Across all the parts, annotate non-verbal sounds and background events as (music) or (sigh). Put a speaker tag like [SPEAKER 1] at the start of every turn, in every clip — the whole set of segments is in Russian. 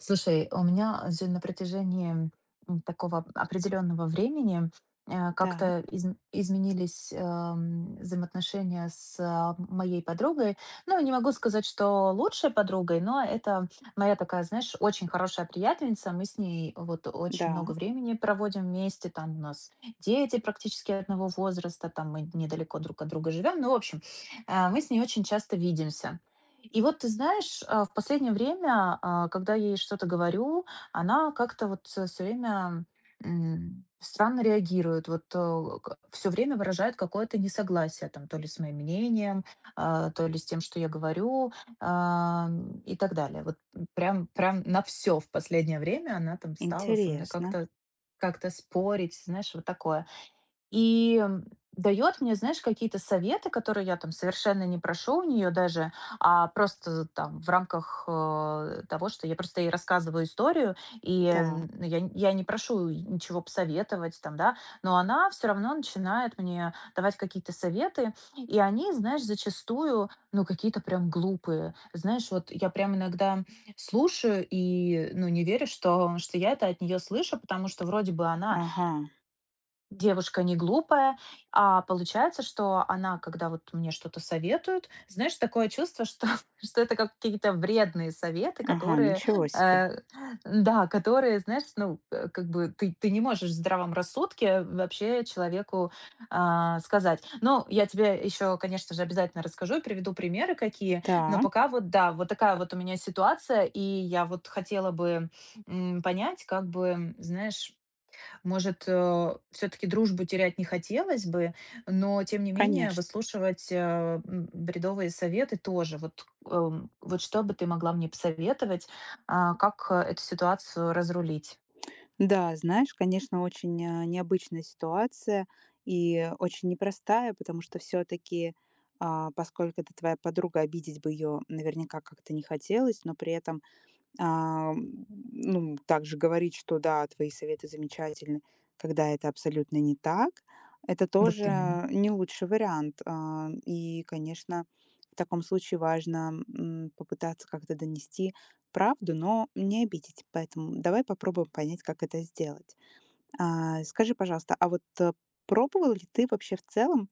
[SPEAKER 1] Слушай, у меня же на протяжении такого определенного времени
[SPEAKER 2] Так,
[SPEAKER 1] как-то изменились взаимоотношения с моей подругой. Ну, не могу сказать, что лучшей подругой, но это моя такая, знаешь, очень хорошая приятельница. Мы с ней вот очень
[SPEAKER 2] да,
[SPEAKER 1] много времени проводим вместе. Там у нас дети практически одного возраста, там мы недалеко друг от друга живем. Ну, в общем, мы с ней очень часто видимся. И вот ты знаешь, в последнее время, когда я ей что-то говорю, она как-то вот все время странно реагирует, вот все время выражает какое-то несогласие, там, то ли с моим мнением, то ли с тем, что я говорю, а, и так далее. Вот прям на все в последнее время она там стала со мной
[SPEAKER 2] интересно.
[SPEAKER 1] как-то спорить, знаешь, вот такое. И дает мне, знаешь, какие-то советы, которые я там совершенно не прошу у нее даже, а просто там в рамках того, что я просто ей рассказываю историю, и э,
[SPEAKER 2] Так,
[SPEAKER 1] ну, я не прошу ничего посоветовать там, да, но она все равно начинает мне давать какие-то советы, и они, знаешь, зачастую, ну, какие-то прям глупые. Знаешь, вот я прям иногда слушаю и, ну, не верю, что, что я это от нее слышу, потому что вроде бы она
[SPEAKER 2] ага,
[SPEAKER 1] девушка не глупая, а получается, что она, когда вот мне что-то советует, знаешь, такое чувство, что, (laughs) что это как какие-то вредные советы,
[SPEAKER 2] ага,
[SPEAKER 1] которые,
[SPEAKER 2] ничего себе.
[SPEAKER 1] э, да, которые, знаешь, ну, как бы ты не можешь в здравом рассудке вообще человеку сказать. Ну, я тебе еще, конечно же, обязательно расскажу и приведу примеры какие, но
[SPEAKER 2] Так,
[SPEAKER 1] пока вот, да, вот такая вот у меня ситуация, и я вот хотела бы понять, как бы, знаешь, может, все-таки дружбу терять не хотелось бы, но тем не менее
[SPEAKER 2] конечно.
[SPEAKER 1] выслушивать бредовые советы тоже. Вот, вот что бы ты могла мне посоветовать, как эту ситуацию разрулить?
[SPEAKER 2] Да, знаешь, конечно, очень необычная ситуация и очень непростая, потому что все-таки, поскольку это твоя подруга, обидеть бы ее наверняка как-то не хотелось, но при этом А, ну, также говорить, что да, твои советы замечательны, когда это абсолютно не так, это
[SPEAKER 1] Вот именно.
[SPEAKER 2] тоже не лучший вариант. И, конечно, в таком случае важно попытаться как-то донести правду, но не обидеть. Поэтому давай попробуем понять, как это сделать. Скажи, пожалуйста, а вот пробовал ли ты вообще в целом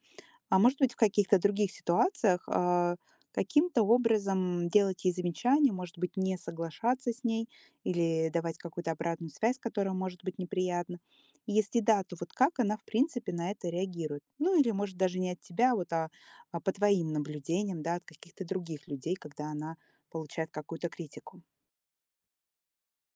[SPEAKER 2] а может быть, в каких-то других ситуациях, каким-то образом делать ей замечания, может быть, не соглашаться с ней или давать какую-то обратную связь, которая может быть неприятна. Если да, то вот как она, в принципе, на это реагирует? Ну или, может, даже не от тебя, а а по твоим наблюдениям, да, от каких-то других людей, когда она получает какую-то критику.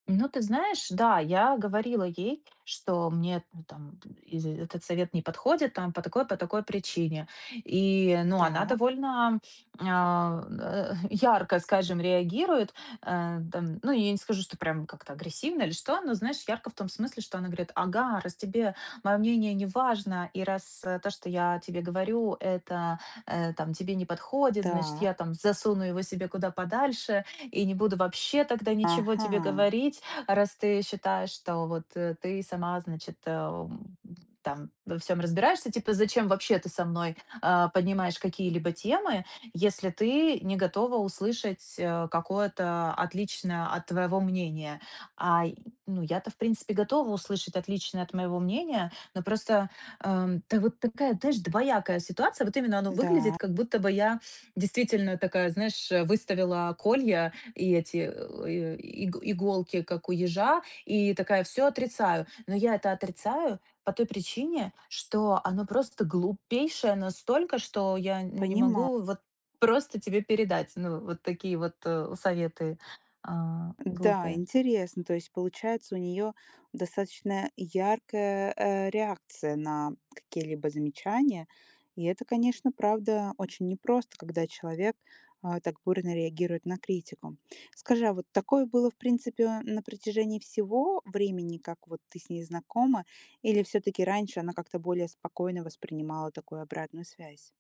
[SPEAKER 1] Ну, ты знаешь, да, я говорила ей, что мне, ну, там и этот совет не подходит там по такой причине. И, ну, она
[SPEAKER 2] Так,
[SPEAKER 1] довольно (laughs) ярко, скажем, реагирует. Там, ну, я не скажу, что прям как-то агрессивно или что, но, знаешь, ярко в том смысле, что она говорит: ага, раз тебе мое мнение не важно, и раз то, что я тебе говорю, это там тебе не подходит, значит,
[SPEAKER 2] да,
[SPEAKER 1] я там засуну его себе куда подальше, и не буду вообще тогда ничего тебе
[SPEAKER 2] ага,
[SPEAKER 1] говорить, раз ты считаешь, что вот, ты сама, значит, там во всем разбираешься. Типа, зачем вообще ты со мной, поднимаешь какие-либо темы, если ты не готова услышать, какое-то отличное от твоего мнения? А, и, ну, я-то, в принципе, готова услышать отличное от моего мнения, но просто, та вот такая, знаешь, двоякая ситуация. Вот именно, оно
[SPEAKER 2] да,
[SPEAKER 1] выглядит, как будто бы я действительно такая, знаешь, выставила колья и эти иголки, как у ежа, и такая все отрицаю. Но я это отрицаю по той причине, что оно просто глупейшее настолько, что я не
[SPEAKER 2] понимаю.
[SPEAKER 1] могу вот просто тебе передать. Ну, вот такие вот советы
[SPEAKER 2] Да,
[SPEAKER 1] глупые.
[SPEAKER 2] интересно. То есть, получается, у нее достаточно яркая, реакция на какие-либо замечания. И это, конечно, правда, очень непросто, когда человек, так бурно реагирует на критику. Скажи, а вот такое было, в принципе, на протяжении всего времени, как вот ты с ней знакома, или все таки раньше она как-то более спокойно воспринимала такую обратную связь?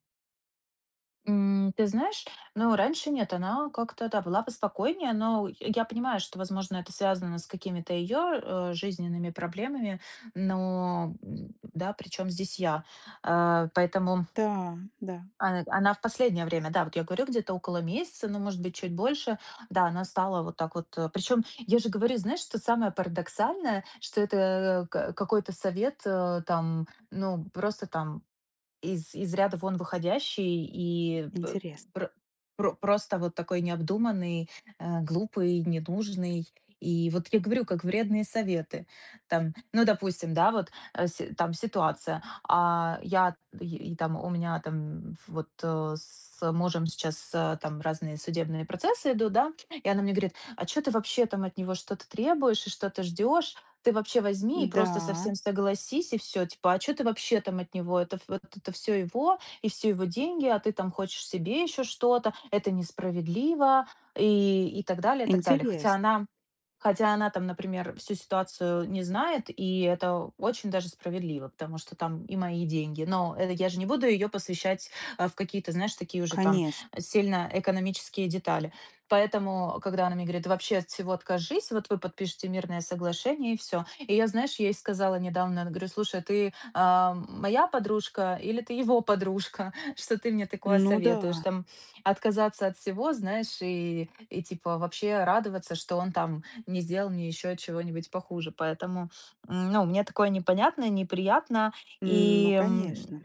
[SPEAKER 1] Ты знаешь, ну, раньше нет, она как-то, да, была поспокойнее, но я понимаю, что, возможно, это связано с какими-то ее жизненными проблемами, но, да, причем здесь я. Поэтому
[SPEAKER 2] Да, да,
[SPEAKER 1] она в последнее время, да, вот я говорю, где-то около месяца, ну, может быть, чуть больше, да, она стала вот так вот. Причем я же говорю, знаешь, что самое парадоксальное, что это какой-то совет там, ну, просто там из ряда вон выходящий и э, б
[SPEAKER 2] интересно.
[SPEAKER 1] пр про просто вот такой необдуманный, глупый, ненужный. И вот я говорю, как вредные советы. Там, ну, допустим, да, вот, э, си там ситуация, я и там у меня там вот, с мужем сейчас, там разные судебные процессы идут, да, и она мне говорит: "А что ты вообще там от него что-то требуешь и что-то ждешь, ты вообще возьми и
[SPEAKER 2] Да,
[SPEAKER 1] просто совсем согласись, и все. Типа, а что ты вообще там от него? Это ф вот это все его, и все его деньги, а ты там хочешь себе еще что-то. Это несправедливо", и так далее, и так далее. Хотя
[SPEAKER 2] интересно,
[SPEAKER 1] она хотя она там, например, всю ситуацию не знает, и это очень даже справедливо, потому что там и мои деньги. Но это я же не буду ее посвящать, в какие-то, знаешь, такие уже там
[SPEAKER 2] конечно.
[SPEAKER 1] сильно экономические детали. Поэтому, когда она мне говорит: «Да, вообще от всего откажись, вот вы подпишете мирное соглашение, и все». И я, знаешь, ей сказала недавно, говорю: "Слушай, а ты, моя подружка или ты его подружка, (laughs) что ты мне такое
[SPEAKER 2] Ну
[SPEAKER 1] советуешь?"
[SPEAKER 2] да.
[SPEAKER 1] Там отказаться от всего, знаешь, и типа вообще радоваться, что он там не сделал мне еще чего-нибудь похуже. Поэтому, ну, мне такое непонятно, неприятно.
[SPEAKER 2] Ну,
[SPEAKER 1] И, м
[SPEAKER 2] конечно,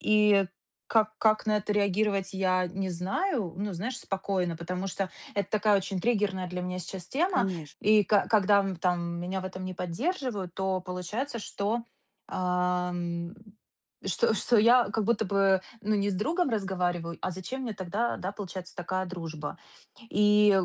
[SPEAKER 1] и как на это реагировать, я не знаю. Ну, знаешь, спокойно, потому что это такая очень триггерная для меня сейчас тема.
[SPEAKER 2] конечно.
[SPEAKER 1] И ка Когда, там меня в этом не поддерживают, то получается, что, ам, что я как будто бы, ну, не с другом разговариваю, а зачем мне тогда, да, получается, такая дружба? И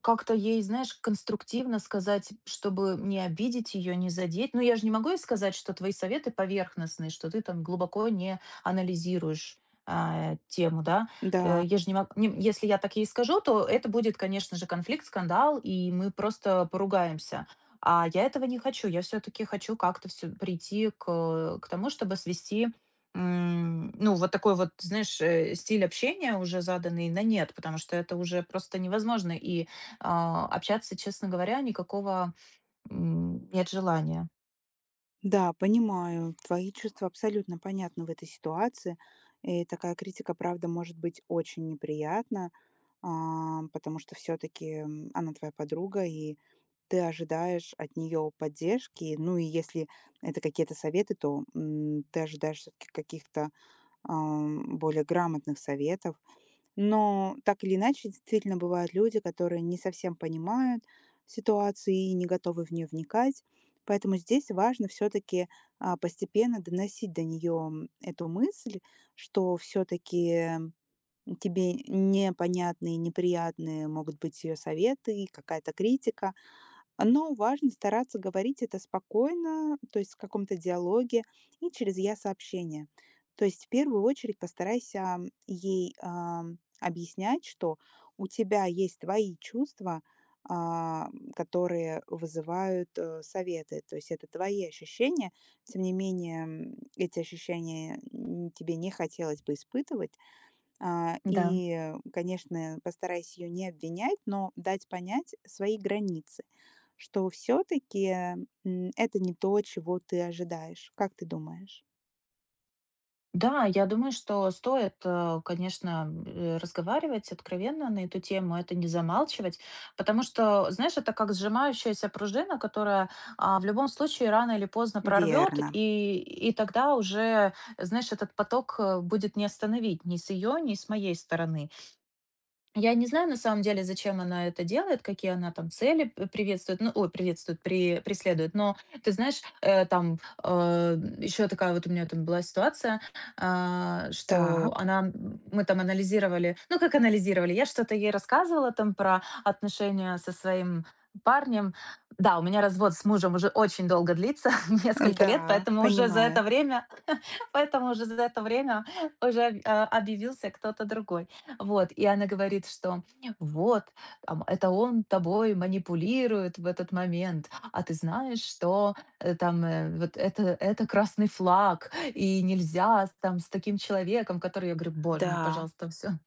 [SPEAKER 1] как-то ей, знаешь, конструктивно сказать, чтобы не обидеть ее, не задеть. Ну, я же не могу ей сказать, что твои советы поверхностные, что ты там глубоко не анализируешь тему, да.
[SPEAKER 2] Да,
[SPEAKER 1] Я же не мог- не- если я так ей скажу, то это будет, конечно же, конфликт, скандал, и мы просто поругаемся. А я этого не хочу. Я все-таки хочу как-то все прийти к тому, чтобы свести ну, вот такой вот, знаешь, стиль общения уже заданный на нет, потому что это уже просто невозможно. Общаться, честно говоря, никакого, нет желания.
[SPEAKER 2] да, понимаю. Твои чувства абсолютно понятны в этой ситуации. И такая критика, правда, может быть очень неприятна, потому что все-таки она твоя подруга, и ты ожидаешь от нее поддержки. Ну и если это какие-то советы, то ты ожидаешь все-таки каких-то более грамотных советов. Но так или иначе, действительно бывают люди, которые не совсем понимают ситуацию и не готовы в нее вникать. Поэтому здесь важно все-таки постепенно доносить до нее эту мысль, что все-таки тебе непонятные, неприятные могут быть ее советы и какая-то критика, но важно стараться говорить это спокойно, то есть в каком-то диалоге и через «я-сообщение». То есть в первую очередь постарайся ей объяснять, что у тебя есть твои чувства, а, которые вызывают советы. То есть это твои ощущения. Тем не менее, эти ощущения тебе не хотелось бы испытывать.
[SPEAKER 1] Да.
[SPEAKER 2] И, конечно, постарайся ее не обвинять, но дать понять свои границы, что все-таки это не то, чего ты ожидаешь. Как ты думаешь?
[SPEAKER 1] Да, я думаю, что стоит, конечно, разговаривать откровенно на эту тему, это не замалчивать, потому что, знаешь, это как сжимающаяся пружина, которая, в любом случае рано или поздно прорвет,
[SPEAKER 2] Верно.
[SPEAKER 1] и тогда уже, знаешь, этот поток, будет не остановить ни с ее, ни с моей стороны. Я не знаю, на самом деле, зачем она это делает, какие она там цели п приветствует, ну, ой, приветствует, при преследует. Но ты знаешь, еще такая вот у меня там была ситуация, что
[SPEAKER 2] Так,
[SPEAKER 1] она, мы там анализировали, ну, как анализировали, я что-то ей рассказывала там про отношения со своим парнем. Да, у меня развод с мужем уже очень долго длится, (laughs) несколько лет,
[SPEAKER 2] да, понимаю.
[SPEAKER 1] Поэтому уже за это время уже объявился кто-то другой. Вот, и она говорит, что вот, там, это он тобой манипулирует в этот момент, а ты знаешь, что, вот это красный флаг, и нельзя с там с таким человеком, который... Я говорю: "Боже мой,
[SPEAKER 2] Да,
[SPEAKER 1] пожалуйста, все,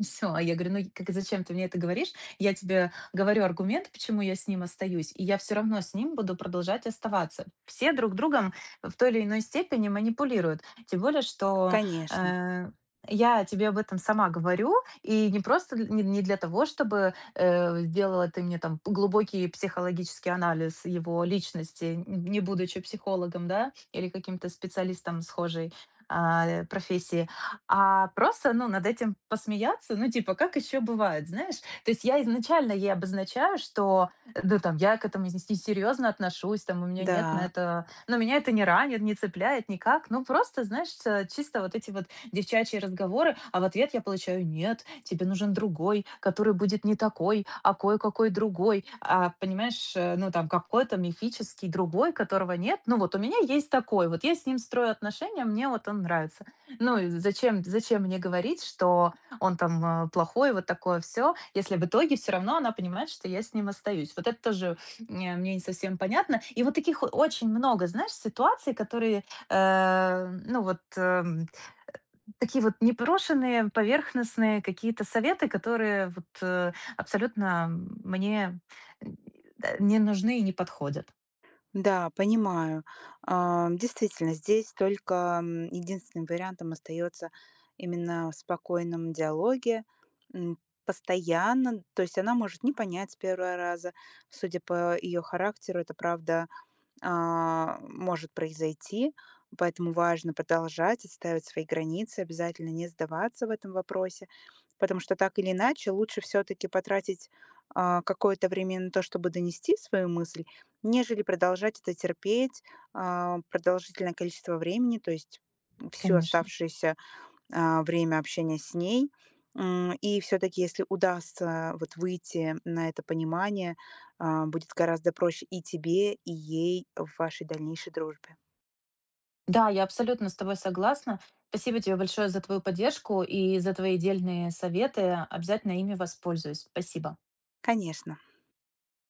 [SPEAKER 1] всё". (laughs) Я говорю: "Ну, как, зачем ты мне это говоришь? Я тебе говорю аргумент, почему я с ним остаюсь, и я все равно с ним буду продолжать оставаться". Все друг другом в той или иной степени манипулируют. Тем более что,
[SPEAKER 2] конечно.
[SPEAKER 1] э, я тебе об этом сама говорю, и не просто дл не не для того, чтобы, сделала ты мне там глубокий психологический анализ его личности, н не будучи психологом, да, или каким-то специалистом схожей, профессии, а просто, ну, над этим посмеяться. Ну, типа, как еще бывает, знаешь? То есть я изначально ей обозначаю, что, ну, там, я к этому с несерьезно отношусь, там, у меня нет на
[SPEAKER 2] Да,
[SPEAKER 1] это... но меня это не ранит, не цепляет никак. Ну, просто, знаешь, чисто вот эти вот девчачьи разговоры, а в ответ я получаю: "Нет, тебе нужен другой, который будет не такой, а кое-какой другой". А, понимаешь, ну, там какой-то мифический другой, которого нет. Ну, вот у меня есть такой, вот я с ним строю отношения, мне вот он нравится. Ну, и зачем мне говорить, что он там, плохой, вот такое все, если в итоге все равно она понимает, что я с ним остаюсь. Вот это тоже не, мне не совсем понятно. И вот таких о очень много, знаешь, ситуаций, которые, ну, вот, такие вот непрошеные, поверхностные какие-то советы, которые вот, абсолютно, мне, м, да, не нужны и не подходят.
[SPEAKER 2] да, понимаю. Действительно, здесь только единственным вариантом остается именно в спокойном диалоге, м, постоянно, то есть она может не понять с первого раза, судя по ее характеру, это правда может произойти. Поэтому важно продолжать отстаивать свои границы, обязательно не сдаваться в этом вопросе, потому что так или иначе лучше все-таки потратить какое-то время на то, чтобы донести свою мысль, нежели продолжать это терпеть продолжительное количество времени, то есть всю
[SPEAKER 1] Конечно.
[SPEAKER 2] оставшуюся время общения с ней. И все таки если удастся вот выйти на это понимание, будет гораздо проще и тебе, и ей в вашей дальнейшей дружбе.
[SPEAKER 1] Да, я абсолютно с тобой согласна. Спасибо тебе большое за твою поддержку и за твои дельные советы. Обязательно ими воспользуюсь. Спасибо.
[SPEAKER 2] Конечно.